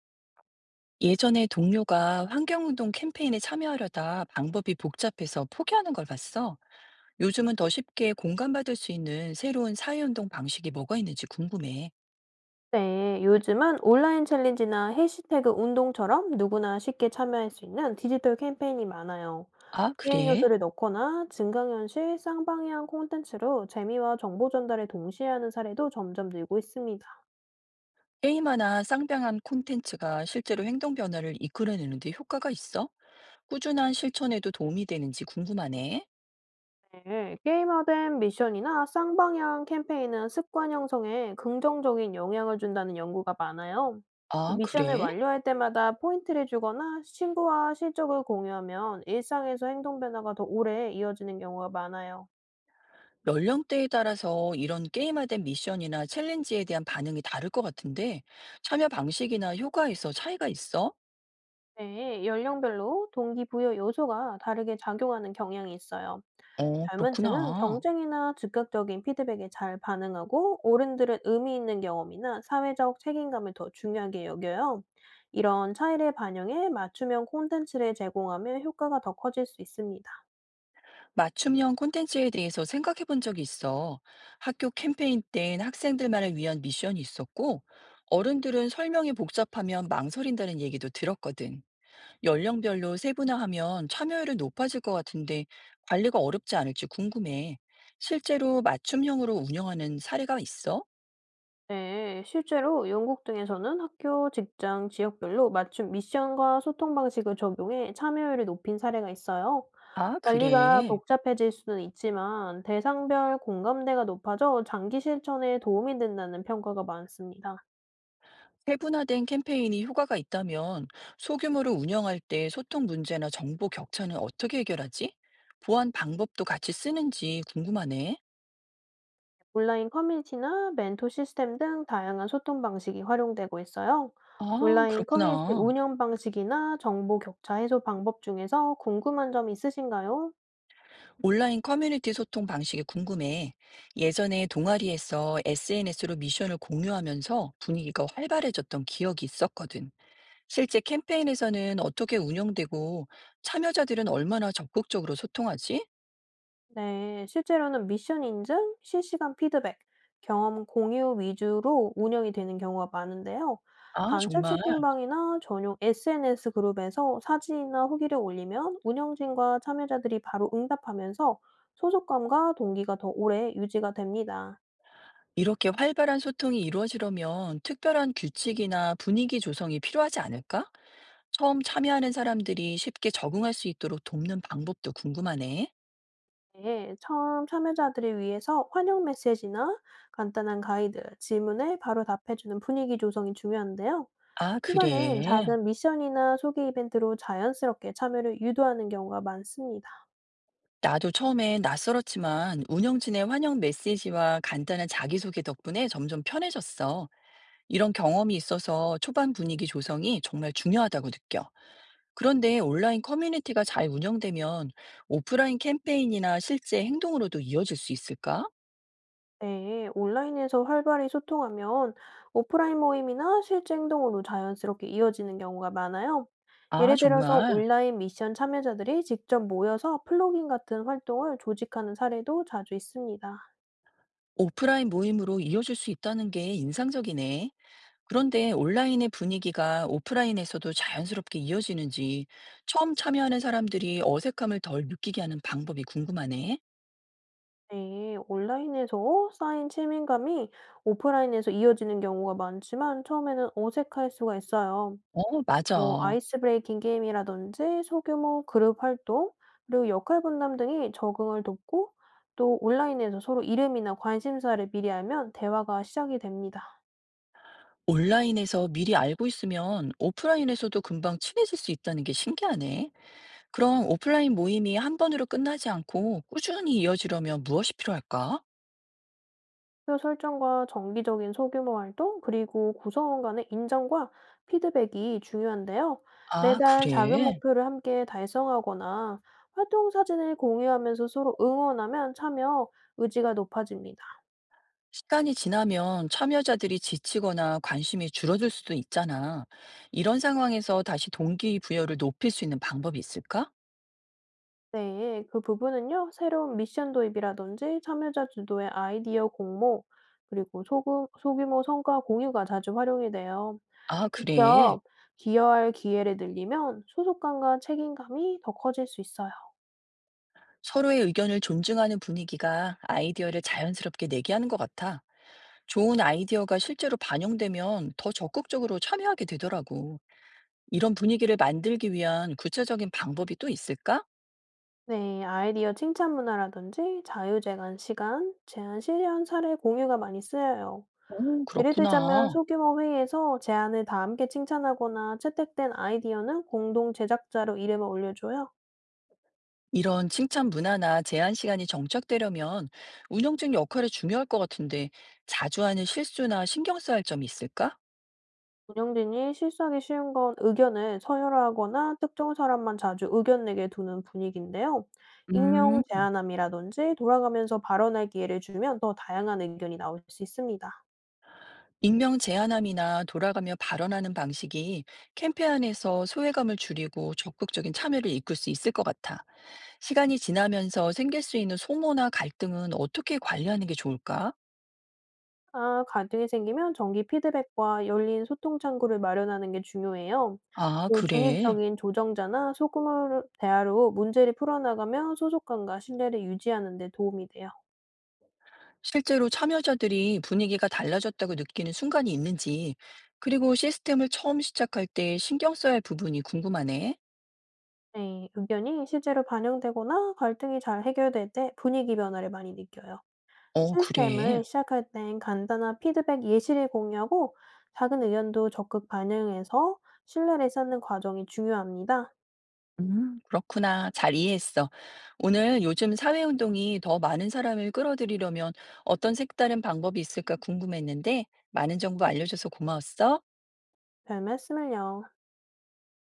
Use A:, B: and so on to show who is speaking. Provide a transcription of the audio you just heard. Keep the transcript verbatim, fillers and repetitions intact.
A: 예전에 동료가 환경운동 캠페인에 참여하려다 방법이 복잡해서 포기하는 걸 봤어. 요즘은 더 쉽게 공감받을 수 있는 새로운 사회운동 방식이 뭐가 있는지 궁금해.
B: 네, 요즘은 온라인 챌린지나 해시태그 운동처럼 누구나 쉽게 참여할 수 있는 디지털 캠페인이 많아요.
A: 아,
B: 게임
A: 그래?
B: 요소를 넣거나 증강현실, 쌍방향 콘텐츠로 재미와 정보 전달을 동시에 하는 사례도 점점 늘고 있습니다.
A: 게임화나 쌍방향 콘텐츠가 실제로 행동 변화를 이끌어내는 데 효과가 있어? 꾸준한 실천에도 도움이 되는지 궁금하네.
B: 네, 게임화된 미션이나 쌍방향 캠페인은 습관 형성에 긍정적인 영향을 준다는 연구가 많아요. 또
A: 아,
B: 미션을
A: 그래?
B: 완료할 때마다 포인트를 주거나 친구와 실적을 공유하면 일상에서 행동 변화가 더 오래 이어지는 경우가 많아요.
A: 연령대에 따라서 이런 게임화된 미션이나 챌린지에 대한 반응이 다를 것 같은데 참여 방식이나 효과에서 차이가 있어?
B: 네, 연령별로 동기부여 요소가 다르게 작용하는 경향이 있어요.
A: 어,
B: 젊은층은
A: 그렇구나.
B: 경쟁이나 즉각적인 피드백에 잘 반응하고, 어른들은 의미 있는 경험이나 사회적 책임감을 더 중요하게 여겨요. 이런 차이를 반영해 맞춤형 콘텐츠를 제공하면 효과가 더 커질 수 있습니다.
A: 맞춤형 콘텐츠에 대해서 생각해 본 적이 있어. 학교 캠페인 땐 학생들만을 위한 미션이 있었고, 어른들은 설명이 복잡하면 망설인다는 얘기도 들었거든. 연령별로 세분화하면 참여율은 높아질 것 같은데 관리가 어렵지 않을지 궁금해. 실제로 맞춤형으로 운영하는 사례가 있어?
B: 네, 실제로 영국 등에서는 학교, 직장, 지역별로 맞춤 미션과 소통 방식을 적용해 참여율을 높인 사례가 있어요.
A: 아,
B: 관리가
A: 그래.
B: 복잡해질 수는 있지만 대상별 공감대가 높아져 장기 실천에 도움이 된다는 평가가 많습니다.
A: 세분화된 캠페인이 효과가 있다면 소규모로 운영할 때 소통 문제나 정보 격차는 어떻게 해결하지? 보안 방법도 같이 쓰는지 궁금하네.
B: 온라인 커뮤니티나 멘토 시스템 등 다양한 소통 방식이 활용되고 있어요.
A: 아,
B: 온라인 커뮤니티
A: 그렇구나.
B: 운영 방식이나 정보 격차 해소 방법 중에서 궁금한 점 있으신가요?
A: 온라인 커뮤니티 소통 방식이 궁금해. 예전에 동아리에서 에스엔에스로 미션을 공유하면서 분위기가 활발해졌던 기억이 있었거든. 실제 캠페인에서는 어떻게 운영되고 참여자들은 얼마나 적극적으로 소통하지?
B: 네, 실제로는 미션 인증, 실시간 피드백, 경험 공유 위주로 운영이 되는 경우가 많은데요.
A: 아,
B: 단체
A: 정말.
B: 채팅방이나 전용 에스엔에스 그룹에서 사진이나 후기를 올리면 운영진과 참여자들이 바로 응답하면서 소속감과 동기가 더 오래 유지가 됩니다.
A: 이렇게 활발한 소통이 이루어지려면 특별한 규칙이나 분위기 조성이 필요하지 않을까? 처음 참여하는 사람들이 쉽게 적응할 수 있도록 돕는 방법도 궁금하네.
B: 네, 처음 참여자들을 위해서 환영 메시지나 간단한 가이드, 질문에 바로 답해주는 분위기 조성이 중요한데요.
A: 아,
B: 초반엔
A: 그래.
B: 작은 미션이나 소개 이벤트로 자연스럽게 참여를 유도하는 경우가 많습니다.
A: 나도 처음엔 낯설었지만 운영진의 환영 메시지와 간단한 자기소개 덕분에 점점 편해졌어. 이런 경험이 있어서 초반 분위기 조성이 정말 중요하다고 느껴. 그런데 온라인 커뮤니티가 잘 운영되면 오프라인 캠페인이나 실제 행동으로도 이어질 수 있을까?
B: 네, 온라인에서 활발히 소통하면 오프라인 모임이나 실제 행동으로 자연스럽게 이어지는 경우가 많아요.
A: 아,
B: 예를 들어서
A: 정말.
B: 온라인 미션 참여자들이 직접 모여서 플로깅 같은 활동을 조직하는 사례도 자주 있습니다.
A: 오프라인 모임으로 이어질 수 있다는 게 인상적이네. 그런데 온라인의 분위기가 오프라인에서도 자연스럽게 이어지는지 처음 참여하는 사람들이 어색함을 덜 느끼게 하는 방법이 궁금하네.
B: 네, 온라인에서 쌓인 친밀감이 오프라인에서 이어지는 경우가 많지만 처음에는 어색할 수가 있어요.
A: 어,
B: 뭐
A: 맞아.
B: 아이스 브레이킹 게임이라든지 소규모 그룹 활동 그리고 역할 분담 등이 적응을 돕고 또 온라인에서 서로 이름이나 관심사를 미리 알면 대화가 시작이 됩니다.
A: 온라인에서 미리 알고 있으면 오프라인에서도 금방 친해질 수 있다는 게 신기하네. 그럼 오프라인 모임이 한 번으로 끝나지 않고 꾸준히 이어지려면 무엇이 필요할까?
B: 표 설정과 정기적인 소규모 활동 그리고 구성원 간의 인정과 피드백이 중요한데요.
A: 아,
B: 매달 작은
A: 그래.
B: 목표를 함께 달성하거나 활동 사진을 공유하면서 서로 응원하면 참여 의지가 높아집니다.
A: 시간이 지나면 참여자들이 지치거나 관심이 줄어들 수도 있잖아. 이런 상황에서 다시 동기부여를 높일 수 있는 방법이 있을까?
B: 네, 그 부분은요, 새로운 미션 도입이라든지 참여자 주도의 아이디어 공모, 그리고 소규, 소규모 성과 공유가 자주 활용이 돼요.
A: 아, 그래.
B: 직접 기여할 기회를 늘리면 소속감과 책임감이 더 커질 수 있어요.
A: 서로의 의견을 존중하는 분위기가 아이디어를 자연스럽게 내게 하는 것 같아. 좋은 아이디어가 실제로 반영되면 더 적극적으로 참여하게 되더라고. 이런 분위기를 만들기 위한 구체적인 방법이 또 있을까?
B: 네, 아이디어 칭찬 문화라든지 자유재간 시간, 제안 실현 사례 공유가 많이 쓰여요.
A: 오,
B: 예를 들자면
A: 그렇구나.
B: 소규모 회의에서 제안을 다 함께 칭찬하거나 채택된 아이디어는 공동 제작자로 이름을 올려줘요.
A: 이런 칭찬 문화나 제한 시간이 정착되려면 운영진 역할이 중요할 것 같은데 자주 하는 실수나 신경 써야 할 점이 있을까?
B: 운영진이 실수하기 쉬운 건 의견을 서열화하거나 특정 사람만 자주 의견 내게 두는 분위기인데요.
A: 음,
B: 익명 제한함이라든지 돌아가면서 발언할 기회를 주면 더 다양한 의견이 나올 수 있습니다.
A: 익명 제한함이나 돌아가며 발언하는 방식이 캠페인에서 소외감을 줄이고 적극적인 참여를 이끌 수 있을 것 같아. 시간이 지나면서 생길 수 있는 소모나 갈등은 어떻게 관리하는 게 좋을까?
B: 아, 갈등이 생기면 정기 피드백과 열린 소통 창구를 마련하는 게 중요해요.
A: 아,
B: 또
A: 그래.
B: 중립적인 조정자나 소규모 대화로 문제를 풀어나가며 소속감과 신뢰를 유지하는 데 도움이 돼요.
A: 실제로 참여자들이 분위기가 달라졌다고 느끼는 순간이 있는지, 그리고 시스템을 처음 시작할 때 신경 써야 할 부분이 궁금하네.
B: 네, 의견이 실제로 반영되거나 갈등이 잘 해결될 때 분위기 변화를 많이 느껴요.
A: 어, 그래.
B: 시스템을 시작할 땐 간단한 피드백 예시를 공유하고 작은 의견도 적극 반영해서 신뢰를 쌓는 과정이 중요합니다.
A: 음, 그렇구나. 잘 이해했어. 오늘 요즘 사회운동이 더 많은 사람을 끌어들이려면 어떤 색다른 방법이 있을까 궁금했는데, 많은 정보 알려줘서 고마웠어.
B: 별 말씀을요.